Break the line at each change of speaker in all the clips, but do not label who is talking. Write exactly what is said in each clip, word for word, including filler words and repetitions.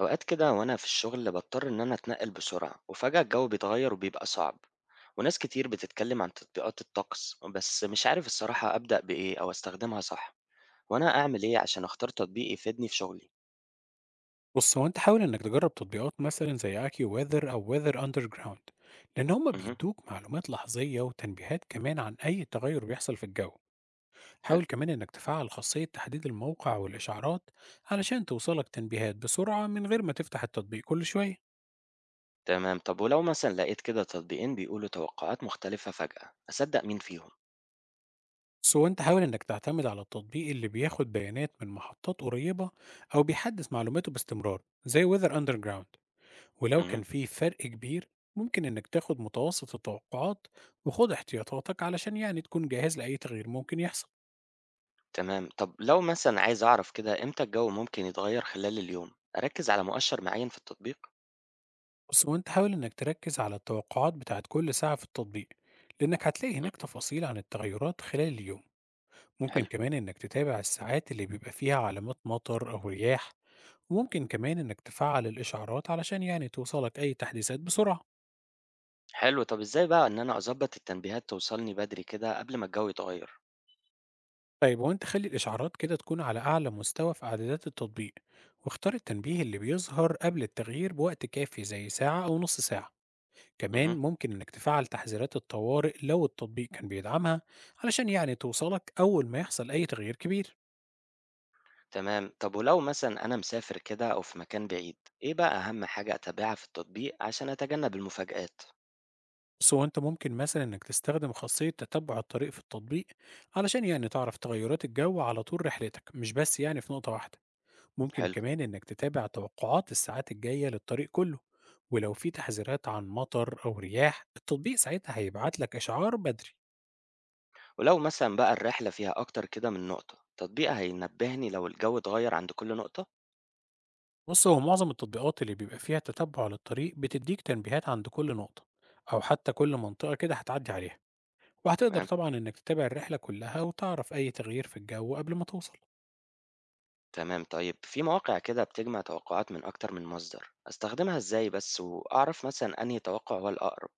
أوقات كده وأنا في الشغل بضطر إن أنا أتنقل بسرعة وفجأة الجو بيتغير وبيبقى صعب. وناس كتير بتتكلم عن تطبيقات الطقس، بس مش عارف الصراحة أبدأ بإيه أو أستخدمها صح. وأنا أعمل إيه عشان أختار تطبيق يفيدني في شغلي؟
بُص، هو أنت حاول إنك تجرّب تطبيقات مثلًا زي AccuWeather أو Weather Underground، لإن هم
امم.
بيدّوك معلومات لحظية وتنبيهات كمان عن أي تغيُّر بيحصل في الجو.
حلو.
حاول كمان إنك تفعّل خاصية تحديد الموقع والإشعارات علشان توصلك تنبيهات بسرعة من غير ما تفتح التطبيق كل شوية.
تمام، طب ولو مثلا لقيت كده تطبيقين بيقولوا توقعات مختلفة، فجأة أصدق مين فيهم؟
بس هو أنت حاول إنك تعتمد على التطبيق اللي بياخد بيانات من محطات قريبة أو بيحدّث معلوماته باستمرار زي Weather Underground. ولو
امم.
كان في فرق كبير ممكن إنك تاخد متوسط التوقعات وخد احتياطاتك علشان يعني تكون جاهز لأي تغيير ممكن يحصل.
تمام، طب لو مثلا عايز أعرف كده إمتى الجو ممكن يتغير خلال اليوم، أركز على مؤشر معين في التطبيق؟
بس وانت حاول إنك تركز على التوقعات بتاعت كل ساعة في التطبيق، لأنك هتلاقي
مم.
هناك تفاصيل عن التغيرات خلال اليوم. ممكن
حلو.
كمان إنك تتابع الساعات اللي بيبقى فيها علامات مطر أو رياح، وممكن كمان إنك تفعل الإشعارات علشان يعني توصلك أي تحديثات بسرعة.
حلو، طب إزاي بقى إن أنا أضبّط التنبيهات توصلني بدري كده قبل ما الجو يتغيّر؟
طيب هو أنت خلّي الإشعارات كده تكون على أعلى مستوى في إعدادات التطبيق، واختار التنبيه اللي بيظهر قبل التغيير بوقت كافي زي ساعة أو نص ساعة، كمان
اهم.
ممكن إنك تفعّل تحذيرات الطوارئ لو التطبيق كان بيدعمها علشان يعني توصلك أول ما يحصل أي تغيير كبير.
تمام، طب ولو مثلًا أنا مسافر كده أو في مكان بعيد، إيه بقى أهم حاجة أتابعها في التطبيق عشان أتجنب المفاجآت؟
بس هو أنت ممكن مثلًا إنك تستخدم خاصية تتبع الطريق في التطبيق علشان يعني تعرف تغيرات الجو على طول رحلتك، مش بس يعني في نقطة واحدة. ممكن
حلو.
كمان إنك تتابع توقعات الساعات الجاية للطريق كله، ولو في تحذيرات عن مطر أو رياح التطبيق ساعتها هيبعت لك إشعار بدري.
ولو مثلًا بقى الرحلة فيها أكتر كده من نقطة، التطبيق هينبهني لو الجو اتغيّر عند كل نقطة؟
بص هو معظم التطبيقات اللي بيبقى فيها تتبع للطريق بتديك تنبيهات عند كل نقطة أو حتى كل منطقة كده هتعدي عليها، وهتقدر
تمام.
طبعا إنك تتابع الرحلة كلها وتعرف أي تغيير في الجو قبل ما توصل.
تمام، طيب في مواقع كده بتجمع توقعات من أكتر من مصدر، أستخدمها إزاي بس وأعرف مثلًا أنهي توقع هو الأقرب؟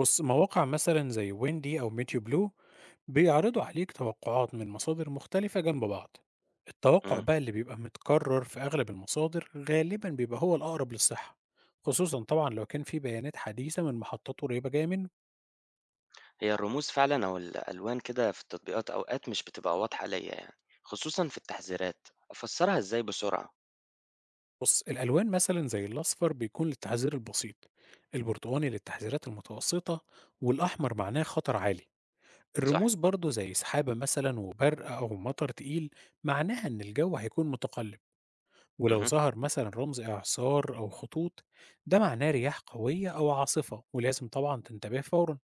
بص مواقع مثلا زي ويندي أو ميتيو بلو بيعرضوا عليك توقعات من مصادر مختلفة جنب بعض. التوقع
إمم.
بقى اللي بيبقى متكرر في أغلب المصادر غالبا بيبقى هو الأقرب للصحة، خصوصا طبعا لو كان في بيانات حديثة من محطات قريبة جاية منه.
هي الرموز فعلًا أو الألوان كده في التطبيقات أوقات مش بتبقى واضحة ليّا يعني، خصوصًا في التحذيرات، أفسّرها إزاي بسرعة؟
بص الألوان مثلا زي الأصفر بيكون للتحذير البسيط، البرتقاني للتحذيرات المتوسطة، والأحمر معناه خطر عالي.
صح.
الرموز برضو زي سحابة مثلا وبرق أو مطر تقيل معناها إن الجو هيكون متقلب، ولو
اهم.
ظهر مثلا رمز إعصار أو خطوط ده معناه رياح قوية أو عاصفة ولازم طبعا تنتبه فورا.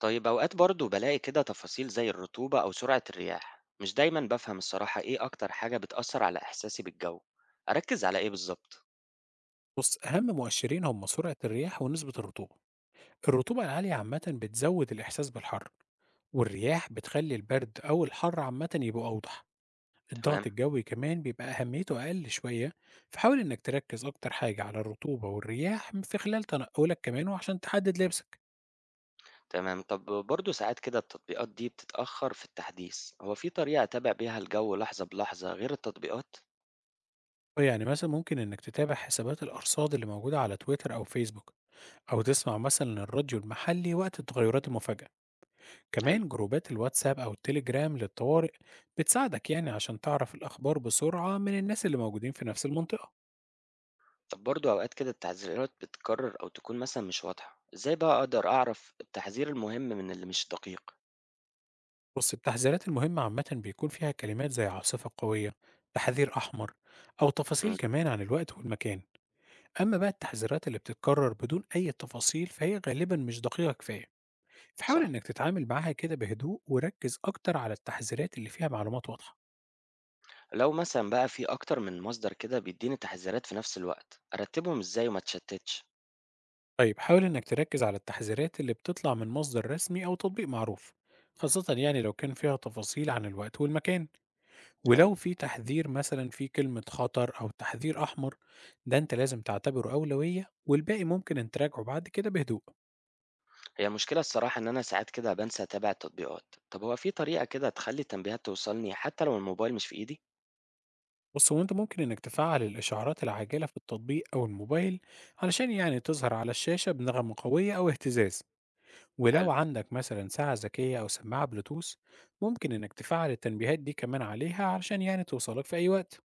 طيب أوقات برضه بالاقي كده تفاصيل زي الرطوبة أو سرعة الرياح، مش دايمًا بافهم الصراحة إيه أكتر حاجة بتأثّر على إحساسي بالجو، أركّز على إيه بالضبط؟
بص أهم مؤشرين هم سرعة الرياح ونسبة الرطوبة. الرطوبة العالية عامة بتزود الإحساس بالحر، والرياح بتخلي البرد أو الحر عامة يبقوا أوضح. الضغط
تمام.
الجوي كمان بيبقى أهميته أقل شوية، فحاول إنك تركز أكتر حاجة على الرطوبة والرياح في خلال تنقلك كمان وعشان تحدد لبسك.
تمام. طب برضه ساعات كده التطبيقات دي بتتأخّر في التحديث، هو في طريقة أتابع بيها الجو لحظة بلحظة غير التطبيقات؟
يعني مثلا ممكن إنك تتابع حسابات الأرصاد اللي موجودة على تويتر أو فيسبوك، أو تسمع مثلا الراديو المحلي وقت التغيرات المفاجئة.
حلو.
كمان جروبات الواتساب أو التليجرام للطوارئ بتساعدك يعني عشان تعرف الأخبار بسرعة من الناس اللي موجودين في نفس المنطقة.
طب برضه أوقات كده التحذيرات بتتكرر أو تكون مثلا مش واضحة، إزاي بقى أقدر أعرف التحذير المهم من اللي مش دقيق؟
بص التحذيرات المهمة عامة بيكون فيها كلمات زي عاصفة قوية، تحذير أحمر، أو تفاصيل
امم.
كمان عن الوقت والمكان. أما بقى التحذيرات اللي بتتكرر بدون أي تفاصيل فهي غالبا مش دقيقة كفاية، فحاول
صح،
إنك تتعامل معاها كده بهدوء وركز أكتر على التحذيرات اللي فيها معلومات واضحة.
لو مثلا بقى في أكتر من مصدر كده بيديني تحذيرات في نفس الوقت، أرتبهم إزاي وما أتشتتش؟
طيب حاول إنك تركز على التحذيرات اللي بتطلع من مصدر رسمي أو تطبيق معروف، خاصة يعني لو كان فيها تفاصيل عن الوقت والمكان،
حلو.
ولو في تحذير مثلا في كلمة خطر أو تحذير أحمر ده أنت لازم تعتبره أولوية، والباقي ممكن أن تراجعه بعد كده بهدوء.
هي المشكلة الصراحة إن أنا ساعات كده بنسى أتابع التطبيقات، طب هو في طريقة كده تخلي التنبيهات توصلني حتى لو الموبايل مش في إيدي؟
بص هو أنت ممكن إنك تفعل الإشعارات العاجلة في التطبيق أو الموبايل علشان يعني تظهر على الشاشة بنغمة قوية أو اهتزاز، ولو
حلو.
عندك مثلا ساعة ذكية أو سماعة بلوتوث ممكن إنك تفعل التنبيهات دي كمان عليها علشان يعني توصلك في أي وقت.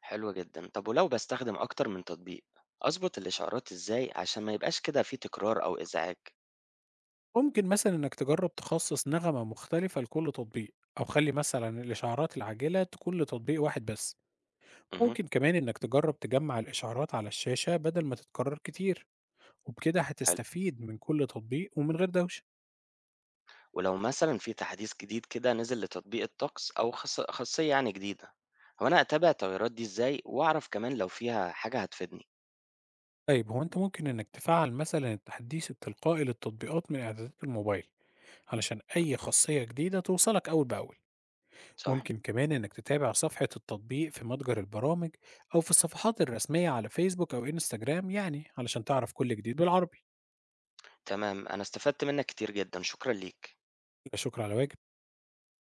حلو جدا، طب ولو بستخدم أكتر من تطبيق، أظبط الإشعارات إزاي عشان ما يبقاش كده في تكرار أو إزعاج؟
ممكن مثلا إنك تجرب تخصص نغمة مختلفة لكل تطبيق، أو خلي مثلا الإشعارات العاجلة تكون لتطبيق واحد بس.
امم.
ممكن كمان إنك تجرب تجمع الإشعارات على الشاشة بدل ما تتكرر كتير، وبكده
حلو.
هتستفيد من كل تطبيق ومن غير دوشة.
ولو مثلًا في تحديث جديد كده نزل لتطبيق الطقس أو خاص خاصية يعني جديدة، هو أنا أتابع التغيرات دي إزاي وأعرف كمان لو فيها حاجة هتفيدني؟
طيب هو أنت ممكن إنك تفعل مثلا التحديث التلقائي للتطبيقات من إعدادات الموبايل علشان
امم.
أي خاصية جديدة توصلك أول بأول.
صح.
ممكن كمان إنك تتابع صفحة التطبيق في متجر البرامج أو في الصفحات الرسمية على فيسبوك أو إنستجرام يعني علشان تعرف كل جديد بالعربي.
تمام، أنا استفدت منك كتير جدًا، شكرًا ليك.
لا شكر على واجب.